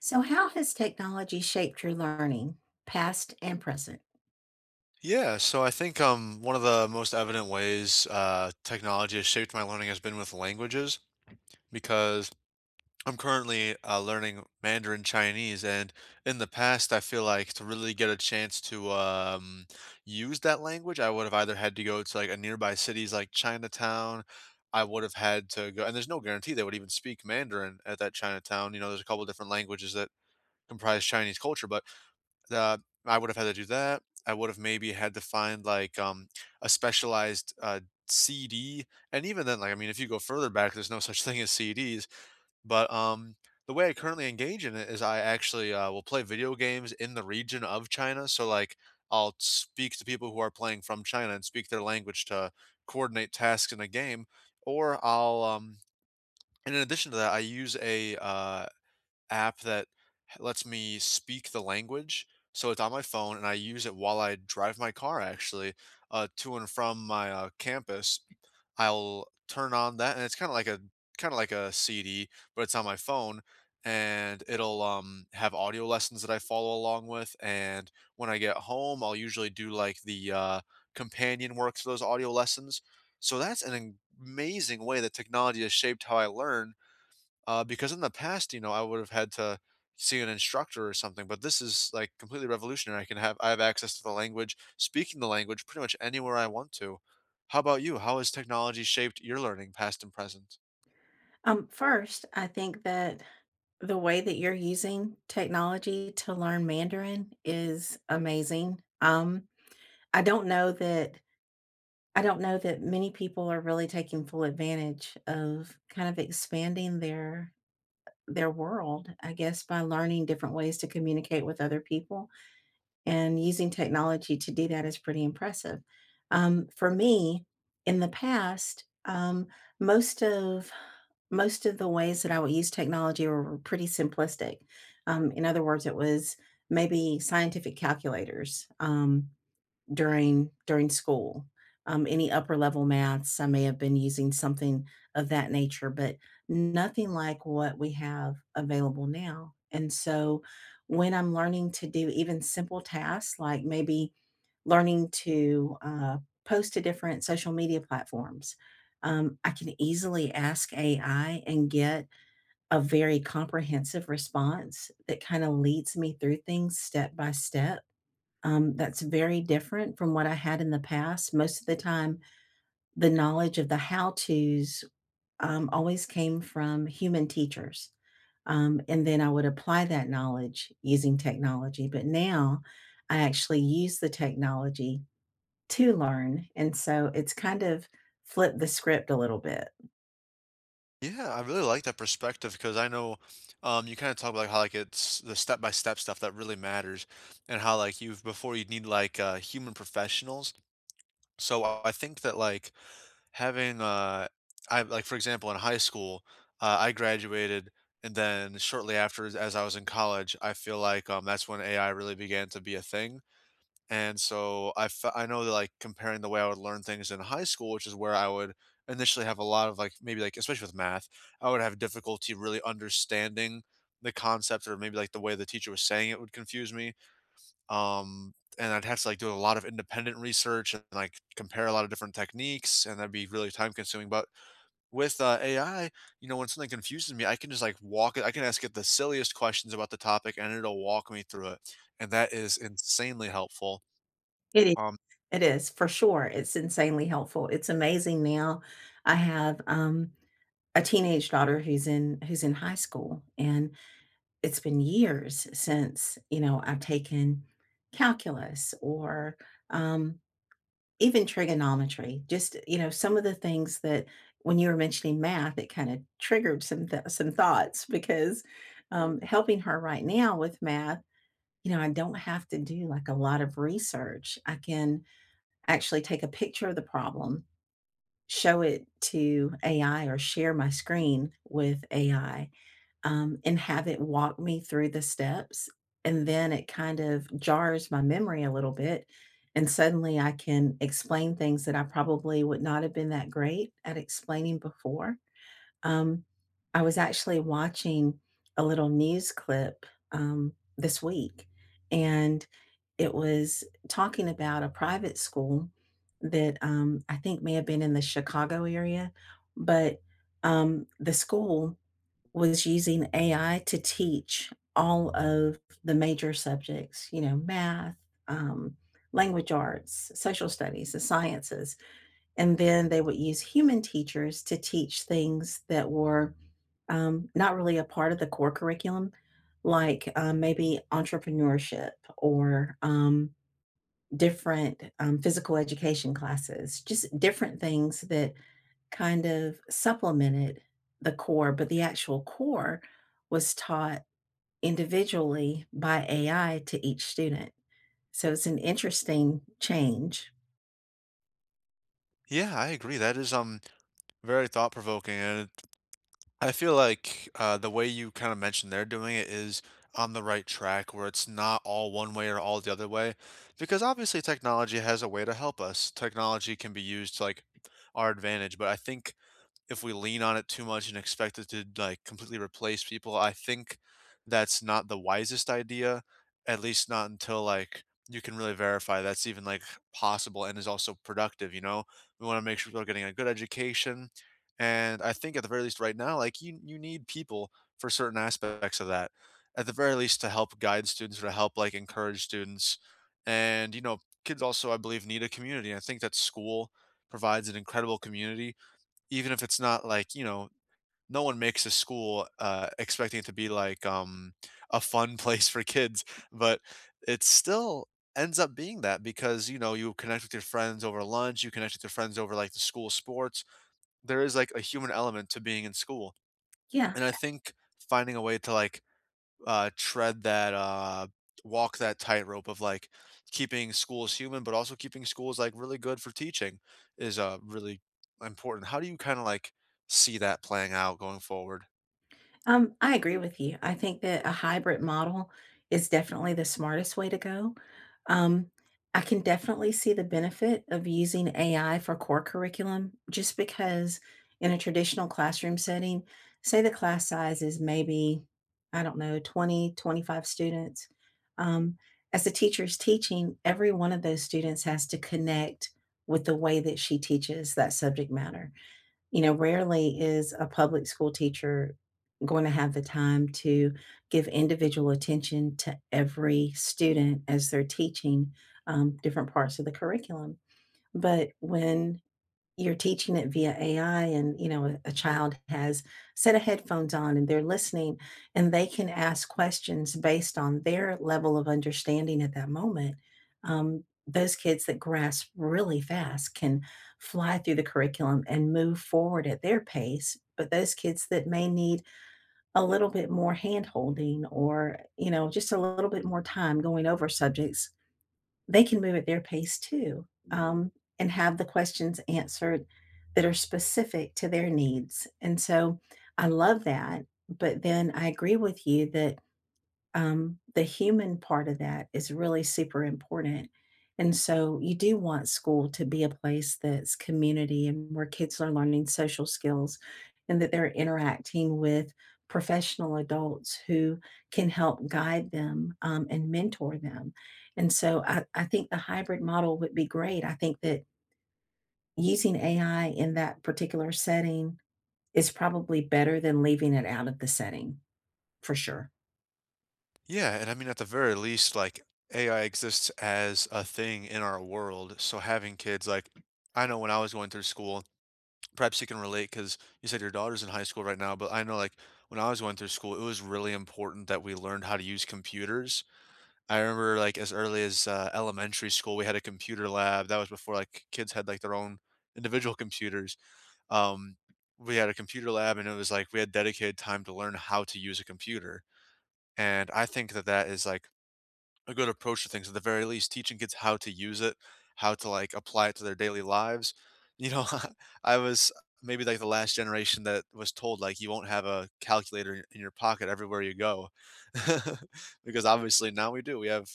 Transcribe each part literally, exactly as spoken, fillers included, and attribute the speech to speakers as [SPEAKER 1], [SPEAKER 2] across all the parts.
[SPEAKER 1] So, how has technology shaped your learning, past and present?
[SPEAKER 2] Yeah, so I think um, one of the most evident ways uh, technology has shaped my learning has been with languages because I'm currently uh, learning Mandarin Chinese, and in the past, I feel like to really get a chance to um, use that language, I would have either had to go to like a nearby cities like Chinatown. I would have had to go, and there's no guarantee they would even speak Mandarin at that Chinatown. You know, there's a couple different languages that comprise Chinese culture, but uh, I would have had to do that. I would have maybe had to find like um, a specialized uh, C D, and even then, like I mean, if you go further back, there's no such thing as C Ds. But um, The way I currently engage in it is I actually uh, will play video games in the region of China. So like I'll speak to people who are playing from China and speak their language to coordinate tasks in a game, or I'll um, and in addition to that, I use a uh, app that lets me speak the language. So it's on my phone, and I use it while I drive my car actually uh, to and from my uh, campus. I'll turn on that, and it's kind of like a kind of like a C D, but it's on my phone, and it'll um, have audio lessons that I follow along with. And when I get home, I'll usually do like the uh, companion work to those audio lessons. So that's an amazing way that technology has shaped how I learn uh, because in the past, you know, I would have had to see an instructor or something, but this is like completely revolutionary. I can have I have access to the language, speaking the language pretty much anywhere I want to. How about you? How has technology shaped your learning, past and present?
[SPEAKER 1] Um, first, I think that the way that you're using technology to learn Mandarin is amazing. Um, I don't know that I don't know that many people are really taking full advantage of kind of expanding their their world, I guess, by learning different ways to communicate with other people. And using technology to do that is pretty impressive. Um, for me, in the past, um, most of most of the ways that I would use technology were pretty simplistic. Um, in other words, it was maybe scientific calculators. Um, during during school. Um, any upper level maths, I may have been using something of that nature, but nothing like what we have available now. And so when I'm learning to do even simple tasks, like maybe learning to uh, post to different social media platforms, um, I can easily ask A I and get a very comprehensive response that kind of leads me through things step by step, um, that's very different from what I had in the past. Most of the time, the knowledge of the how-tos, um, always came from human teachers, um, and then I would apply that knowledge using technology, but now I actually use the technology to learn, and so it's kind of flipped the script a little bit.
[SPEAKER 2] Yeah, I really like that perspective because I know um, you kind of talk about how like it's the step by step stuff that really matters, and how like you've before you'd need like uh, human professionals. So I I think that like Having, uh, I like, for example, in high school, uh, I graduated, and then shortly after, as as I was in college, I feel like um, that's when A I really began to be a thing. And so I fe- I know that like comparing the way I would learn things in high school, which is where I would initially have a lot of like maybe like especially with math, I would have difficulty really understanding the concept or maybe like the way the teacher was saying it would confuse me. Um, and I'd have to, like, do a lot of independent research and, like, compare a lot of different techniques, and that'd be really time consuming, but with, uh, A I, you know, when something confuses me, I can just, like, walk it I can ask it the silliest questions about the topic, and it'll walk me through it, and that is insanely helpful.
[SPEAKER 1] It is
[SPEAKER 2] Um,
[SPEAKER 1] it is, for sure. It's insanely helpful. It's amazing now. I have, um, a teenage daughter who's in who's in high school, and it's been years since, you know, I've taken calculus or, um, even trigonometry, just, you know, some of the things that when you were mentioning math, it kind of triggered some th some thoughts because, um, helping her right now with math, you know, I don't have to do, like, a lot of research. I can actually take a picture of the problem, show it to A I or share my screen with A I, um, and have it walk me through the steps. And then it kind of jars my memory a little bit. And suddenly I can explain things that I probably would not have been that great at explaining before. Um, I was actually watching a little news clip um, this week, and it was talking about a private school that, um, I think, may have been in the Chicago area, but um, the school was using A I to teach all of the major subjects, you know, math, um, language arts, social studies, the sciences. And then they would use human teachers to teach things that were, um, not really a part of the core curriculum, like, um, maybe entrepreneurship, or um, different um, physical education classes, just different things that kind of supplemented the core, but the actual core was taught individually by A I to each student. So it's an interesting change.
[SPEAKER 2] yeah, I agree, that is, um, very thought provoking, and I feel like, uh, the way you kinda mentioned they're doing it is on the right track where it's not all one way or all the other way, because obviously technology has a way to help us. Technology can be used to, like, our advantage, but I think if we lean on it too much and expect it to like completely replace people, I think that's not the wisest idea, at least not until like you can really verify that's even like possible and is also productive, you know? We want to make sure people are getting a good education. And I think at the very least right now, like you you need people for certain aspects of that. At the very least to help guide students or to help like encourage students. And, you know, kids also I believe need a community. I think that school provides an incredible community even if it's not like, you know, no one makes a school, uh, expecting it to be like, um, a fun place for kids, but it still ends up being that because, you know, you connect with your friends over lunch, you connect with your friends over like the school sports. There is like a human element to being in school.
[SPEAKER 1] Yeah.
[SPEAKER 2] And I think finding a way to like uh, tread that uh, walk that tightrope of like keeping schools human, but also keeping schools like really good for teaching is uh, really important. How do you kind of like see that playing out going forward?
[SPEAKER 1] Um, I agree with you. I think that a hybrid model is definitely the smartest way to go. Um, I can definitely see the benefit of using A I for core curriculum just because in a traditional classroom setting, say the class size is maybe, I don't know, twenty twenty five students. Um, as the teacher is teaching, every one of those students has to connect with the way that she teaches that subject matter. You know, rarely is a public school teacher going to have the time to give individual attention to every student as they're teaching, um, different parts of the curriculum. But when you're teaching it via A I and, you know, a a child has a set of headphones on and they're listening and they can ask questions based on their level of understanding at that moment. Um, those kids that grasp really fast can fly through the curriculum and move forward at their pace. But those kids that may need a little bit more hand holding or, you know, just a little bit more time going over subjects, they can move at their pace too, um, and have the questions answered that are specific to their needs, and so I love that, but then I agree with you that, um, the human part of that is really super important. And so you do want school to be a place that's community and where kids are learning social skills and that they're interacting with professional adults who can help guide them, um, and mentor them. And so I, I think the hybrid model would be great. I think that using A I in that particular setting is probably better than leaving it out of the setting for sure.
[SPEAKER 2] Yeah, and I mean, at the very least, like A I exists as a thing in our world. So having kids, like, I know when I was going through school, perhaps you can relate because you said your daughter's in high school right now, but I know like when I was going through school, it was really important that we learned how to use computers. I remember, like, as early as, uh, elementary school, we had a computer lab. That was before, like, kids had, like, their own individual computers. Um, we had a computer lab, and it was like we had dedicated time to learn how to use a computer, and I think that that is, like, a good approach to things, at the very least, teaching kids how to use it, how to, like, apply it to their daily lives. You know, I was maybe, like, the last generation that was told, like, "You won't have a calculator in in your pocket everywhere you go." Because, obviously, now we do. We have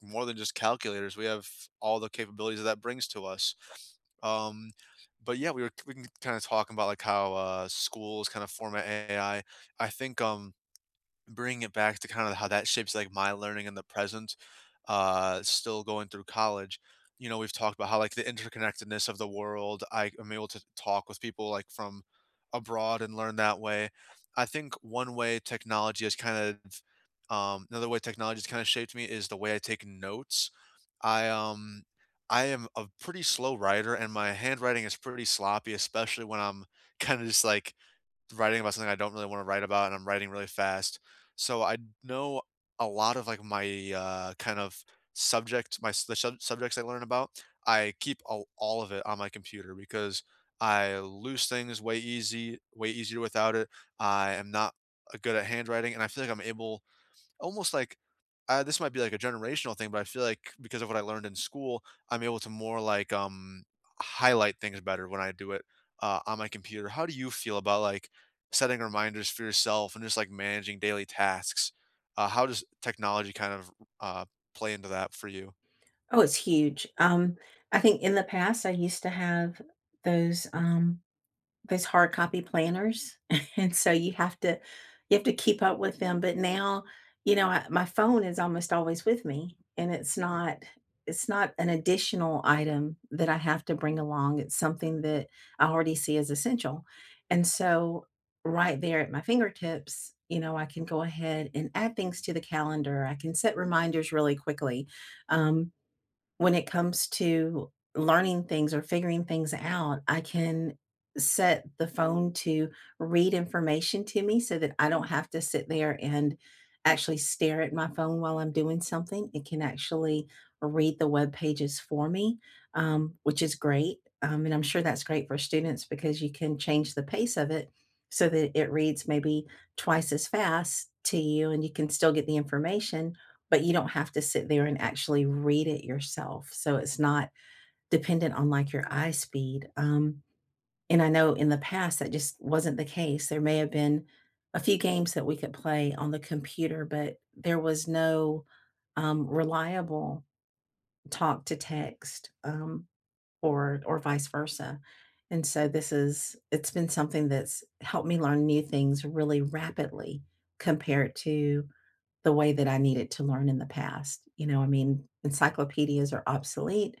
[SPEAKER 2] more than just calculators. We have all the capabilities that that brings to us. Um, but yeah, we were we can kind of talking about like how uh, schools kind of format A I. I I think um, bringing it back to kind of how that shapes like my learning in the present uh still going through college, you know, we've talked about how like the interconnectedness of the world. I am able to talk with people like from abroad and learn that way. I think one way technology has kind of um another way technology has kind of shaped me is the way I take notes. i um I am a pretty slow writer and my handwriting is pretty sloppy, especially when I'm kind of just like writing about something I don't really wanna write about, and I'm writing really fast. So I know a lot of, like, my, uh, kind of subject my s the sub subjects I learn about, I keep all all of it on my computer because I lose things way easy way easier without it. I am not, uh, good at handwriting, and I feel like I'm able, almost like, uh, this might be like a generational thing, but I feel like because of what I learned in school, I'm able to more like um highlight things better when I do it uh, on my computer. How do you feel about like setting reminders for yourself and just like managing daily tasks? Uh, how does technology kind of uh, play into that for you?
[SPEAKER 1] Oh, it's huge. Um, I think in the past I used to have those, um, those hard copy planners, and so you have to you have to keep up with them, but now, you know, I my phone is almost always with me, and it's not it's not an additional item that I have to bring along, it's something that I already see as essential, and so right there at my fingertips, you know, I can go ahead and add things to the calendar, I can set reminders really quickly. Um when it comes to learning things or figuring things out, I can set the phone to read information to me so that I don't have to sit there and actually stare at my phone while I'm doing something. It can actually read the web pages for me, um, which is great. Um, and I'm sure that's great for students because you can change the pace of it so that it reads maybe twice as fast to you and you can still get the information, but you don't have to sit there and actually read it yourself. So it's not dependent on like your eye speed. Um, and I know in the past that just wasn't the case. There may have been a few games that we could play on the computer, but there was no, um, reliable talk to text, um, or or vice versa. And so this is it's been something that's helped me learn new things really rapidly compared to the way that I needed to learn in the past. You know, I mean, encyclopedias are obsolete.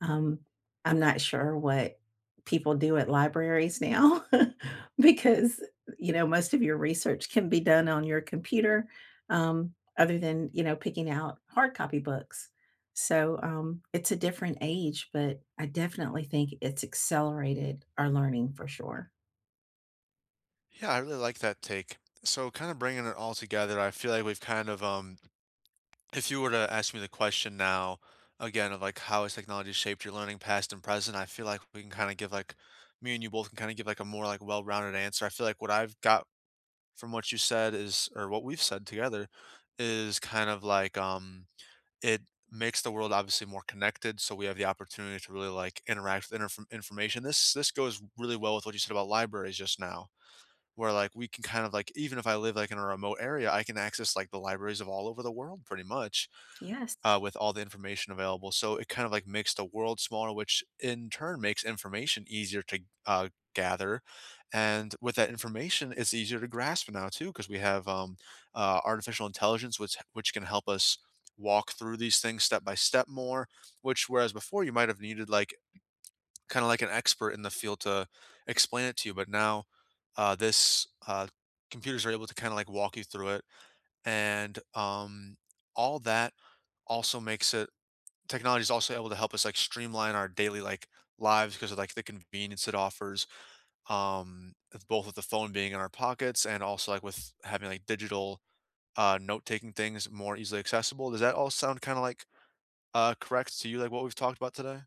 [SPEAKER 1] Um, I'm not sure what people do at libraries now because, you know, most of your research can be done on your computer, um, other than, you know, picking out hard copy books. So um, it's a different age, but I definitely think it's accelerated our learning for sure.
[SPEAKER 2] Yeah, I really like that take. So kind of bringing it all together, I feel like we've kind of um if you were to ask me the question now again of like how has technology shaped your learning past and present, I feel like we can kind of give like, me and you both can kind of give like a more like well-rounded answer. I feel like what I've got from what you said is, or what we've said together, is kind of like um it makes the world obviously more connected, so we have the opportunity to really like interact with inter- information. This this goes really well with what you said about libraries just now, where like we can kind of like, even if I live like in a remote area, I can access like the libraries of all over the world pretty much,
[SPEAKER 1] Yes.
[SPEAKER 2] uh, with all the information available. So it kind of like makes the world smaller, which in turn makes information easier to uh, gather. And with that information, it's easier to grasp now too, because we have um, uh, artificial intelligence, which which can help us walk through these things step by step more. Which whereas before you might have needed like kind of like an expert in the field to explain it to you, but now uh, this uh, computers are able to kind of like walk you through it, and um, all that also makes it, technology is also able to help us like streamline our daily like lives because of like the convenience it offers, um with both with the phone being in our pockets and also like with having like digital uh note-taking things more easily accessible. Does that all sound kind of like uh correct to you, like what we've talked about today?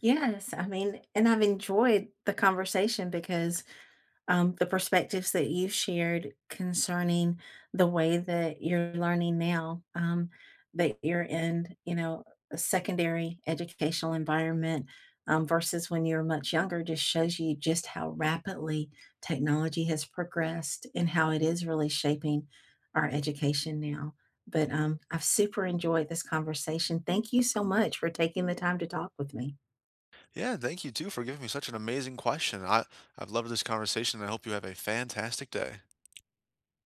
[SPEAKER 1] Yes. I mean, and I've enjoyed the conversation because, um, the perspectives that you've shared concerning the way that you're learning now, um, that you're in, you know, a secondary educational environment, um, versus when you were much younger just shows you just how rapidly technology has progressed and how it is really shaping our education now. But um, I've super enjoyed this conversation. Thank you so much for taking the time to talk with me.
[SPEAKER 2] Yeah, and thank you too for giving me such an amazing question. I I've loved this conversation and I hope you have a fantastic day.